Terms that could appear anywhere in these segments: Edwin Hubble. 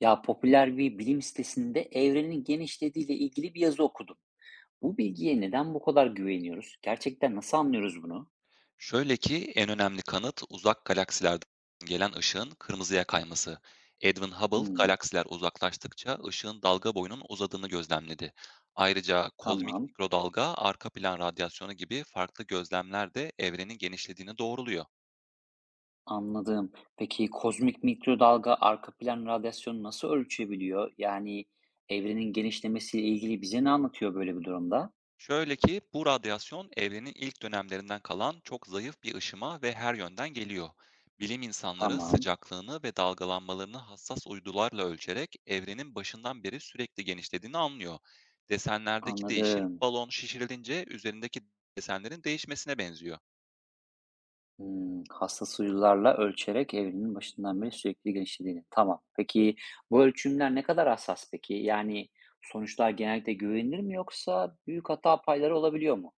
Ya popüler bir bilim sitesinde evrenin genişlediğiyle ilgili bir yazı okudum. Bu bilgiye neden bu kadar güveniyoruz? Gerçekten nasıl anlıyoruz bunu? Şöyle ki en önemli kanıt uzak galaksilerden gelen ışığın kırmızıya kayması. Edwin Hubble Hmm, galaksiler uzaklaştıkça ışığın dalga boyunun uzadığını gözlemledi. Ayrıca kozmik tamam, mikrodalga, arka plan radyasyonu gibi farklı gözlemler de evrenin genişlediğini doğruluyor. anladım. Peki kozmik mikrodalga arka plan radyasyonu nasıl ölçebiliyor? Yani evrenin genişlemesiyle ilgili bize ne anlatıyor böyle bir durumda? Şöyle ki bu radyasyon evrenin ilk dönemlerinden kalan çok zayıf bir ışıma ve her yönden geliyor. Bilim insanları Tamam, sıcaklığını ve dalgalanmalarını hassas uydularla ölçerek evrenin başından beri sürekli genişlediğini anlıyor. Desenlerdeki değişim anladım. balon şişirilince üzerindeki desenlerin değişmesine benziyor. Hımm, hassas uydularla ölçerek evrenin başından beri sürekli genişlediğini. Tamam. Peki, bu ölçümler ne kadar hassas peki? Yani, sonuçlar genellikle güvenilir mi yoksa büyük hata payları olabiliyor mu?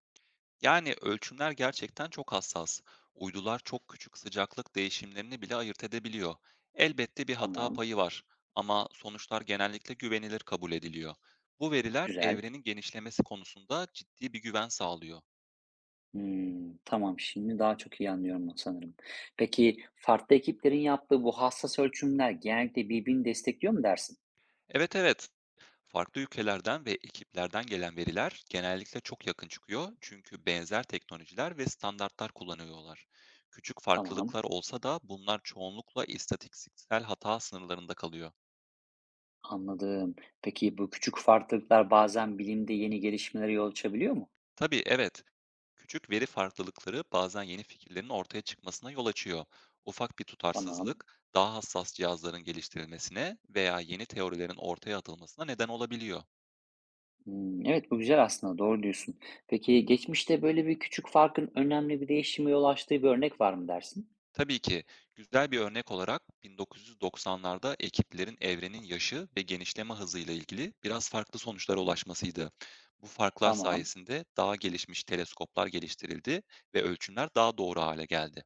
Yani ölçümler gerçekten çok hassas. Uydular çok küçük sıcaklık değişimlerini bile ayırt edebiliyor. Elbette bir hata Tamam, payı var ama sonuçlar genellikle güvenilir kabul ediliyor. Bu veriler güzel. evrenin genişlemesi konusunda ciddi bir güven sağlıyor. Hımm, tamam, şimdi daha çok iyi anlıyorum sanırım. Peki, farklı ekiplerin yaptığı bu hassas ölçümler genellikle birbirini destekliyor mu dersin? Evet evet, farklı ülkelerden ve ekiplerden gelen veriler genellikle çok yakın çıkıyor çünkü benzer teknolojiler ve standartlar kullanıyorlar. Küçük Tamam, farklılıklar olsa da bunlar çoğunlukla istatistiksel hata sınırlarında kalıyor. anladım. Peki, bu küçük farklılıklar bazen bilimde yeni gelişmelere yol açabiliyor mu? Tabii evet. Küçük veri farklılıkları bazen yeni fikirlerin ortaya çıkmasına yol açıyor. Ufak bir Tamam. tutarsızlık daha hassas cihazların geliştirilmesine veya yeni teorilerin ortaya atılmasına neden olabiliyor. Hımm, evet, bu güzel aslında, doğru diyorsun. Peki, geçmişte böyle bir küçük farkın önemli bir değişime yol açtığı bir örnek var mı dersin? Tabii ki güzel bir örnek olarak 1990'larda ekiplerin evrenin yaşı ve genişleme hızıyla ilgili biraz farklı sonuçlara ulaşmasıydı. Bu farklar Tamam, sayesinde daha gelişmiş teleskoplar geliştirildi ve ölçümler daha doğru hale geldi.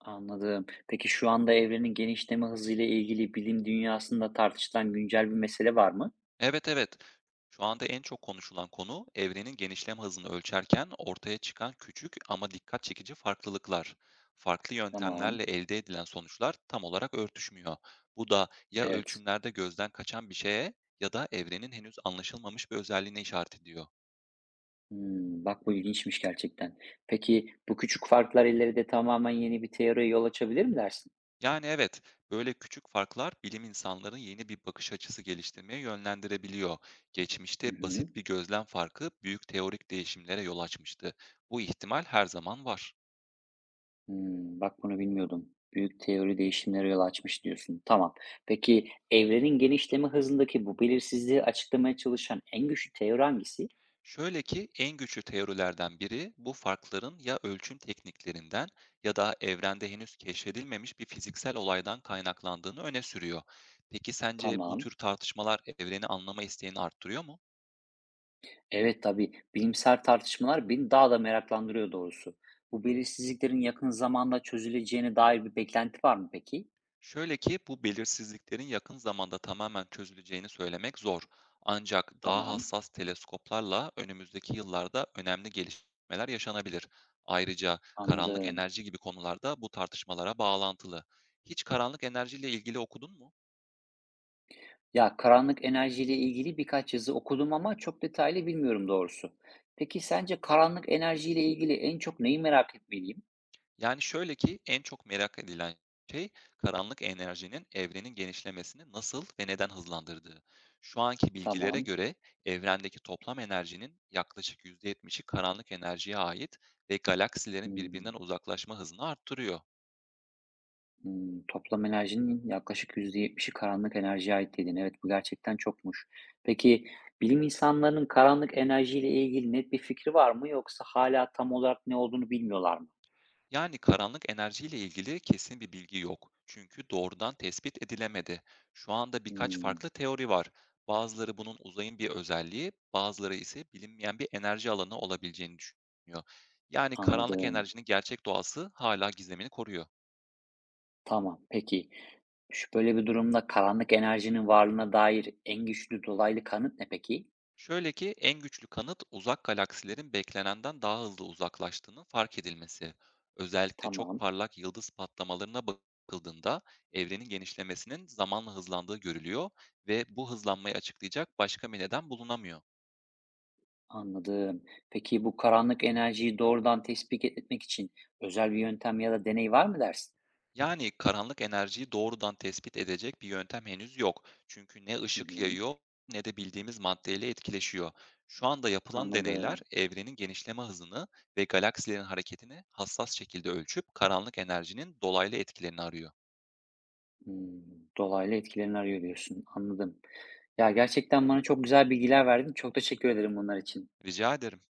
anladım. Peki, şu anda evrenin genişleme hızıyla ilgili bilim dünyasında tartışılan güncel bir mesele var mı? Evet, evet. Şu anda en çok konuşulan konu evrenin genişlem hızını ölçerken ortaya çıkan küçük ama dikkat çekici farklılıklar. Farklı Tamam, yöntemlerle elde edilen sonuçlar tam olarak örtüşmüyor. Bu da ya evet. ölçümlerde gözden kaçan bir şeye ya da evrenin henüz anlaşılmamış bir özelliğine işaret ediyor. Hımm, bak bu ilginçmiş gerçekten. Peki, bu küçük farklar ileride tamamen yeni bir teoriye yol açabilir mi dersin? Yani evet, böyle küçük farklar bilim insanların yeni bir bakış açısı geliştirmeye yönlendirebiliyor. Hı Geçmişte hı. basit bir gözlem farkı büyük teorik değişimlere yol açmıştı. Bu ihtimal her zaman var. Hımm, bak bunu bilmiyordum. Büyük teori değişimlere yol açmış diyorsun. Tamam. Peki evrenin genişleme hızındaki bu belirsizliği açıklamaya çalışan en güçlü teori hangisi? Şöyle ki en güçlü teorilerden biri bu farkların ya ölçüm tekniklerinden ya da evrende henüz keşfedilmemiş bir fiziksel olaydan kaynaklandığını öne sürüyor. Peki sence bu Tamam. tür tartışmalar evreni anlama isteğini arttırıyor mu? Evet, tabii. Bilimsel tartışmalar beni daha da meraklandırıyor doğrusu. Bu belirsizliklerin yakın zamanda çözüleceğine dair bir beklenti var mı peki? Şöyle ki bu belirsizliklerin yakın zamanda tamamen çözüleceğini söylemek zor. Ancak daha Tamam, hassas teleskoplarla önümüzdeki yıllarda önemli gelişmeler yaşanabilir. Ayrıca karanlık anladım. enerji gibi konularda bu tartışmalara bağlantılı. Hiç karanlık enerjiyle ilgili okudun mu? Ya karanlık enerjiyle ilgili birkaç yazı okudum ama çok detaylı bilmiyorum doğrusu. Peki sence karanlık enerjiyle ilgili en çok neyi merak etmeliyim? Yani şöyle ki en çok merak edilen şey karanlık enerjinin evrenin genişlemesini nasıl ve neden hızlandırdığı. Şu anki bilgilere Tamam. göre evrendeki toplam enerjinin yaklaşık %70'i karanlık enerjiye ait ve galaksilerin birbirinden Hımm. uzaklaşma hızını arttırıyor. Hımm. Toplam enerjinin yaklaşık %70'i karanlık enerjiye ait dedin. Evet, bu gerçekten çokmuş. Peki, bilim insanlarının karanlık enerjiyle ilgili net bir fikri var mı yoksa hala tam olarak ne olduğunu bilmiyorlar mı? Yani karanlık enerjiyle ilgili kesin bir bilgi yok. Çünkü doğrudan tespit edilemedi. Şu anda birkaç Hımm. farklı teori var. Bazıları bunun uzayın bir özelliği, bazıları ise bilinmeyen bir enerji alanı olabileceğini düşünüyor. Yani karanlık Anladım. enerjinin gerçek doğası hala gizemini koruyor. Tamam, peki. Şu böyle bir durumda karanlık enerjinin varlığına dair en güçlü dolaylı kanıt ne peki? Şöyle ki en güçlü kanıt uzak galaksilerin beklenenden daha hızlı uzaklaştığının fark edilmesi. Özellikle çok Tamam, parlak yıldız patlamalarına bakıldığında evrenin genişlemesinin zamanla hızlandığı görülüyor ve bu hızlanmayı açıklayacak başka bir neden bulunamıyor. anladım. Peki, bu karanlık enerjiyi doğrudan tespit etmek için özel bir yöntem ya da deney var mı dersin? Yani karanlık enerjiyi doğrudan tespit edecek bir yöntem henüz yok. Çünkü ne Hı ışık hı. yayıyor ne de bildiğimiz maddeyle etkileşiyor. Şu anda yapılan deneyler Anladım. evrenin genişleme hızını ve galaksilerin hareketini hassas şekilde ölçüp karanlık enerjinin dolaylı etkilerini arıyor. Hımm, dolaylı etkilerini arıyor diyorsun. Anladım. Ya, gerçekten bana çok güzel bilgiler verdin. Çok teşekkür ederim bunlar için. Rica ederim.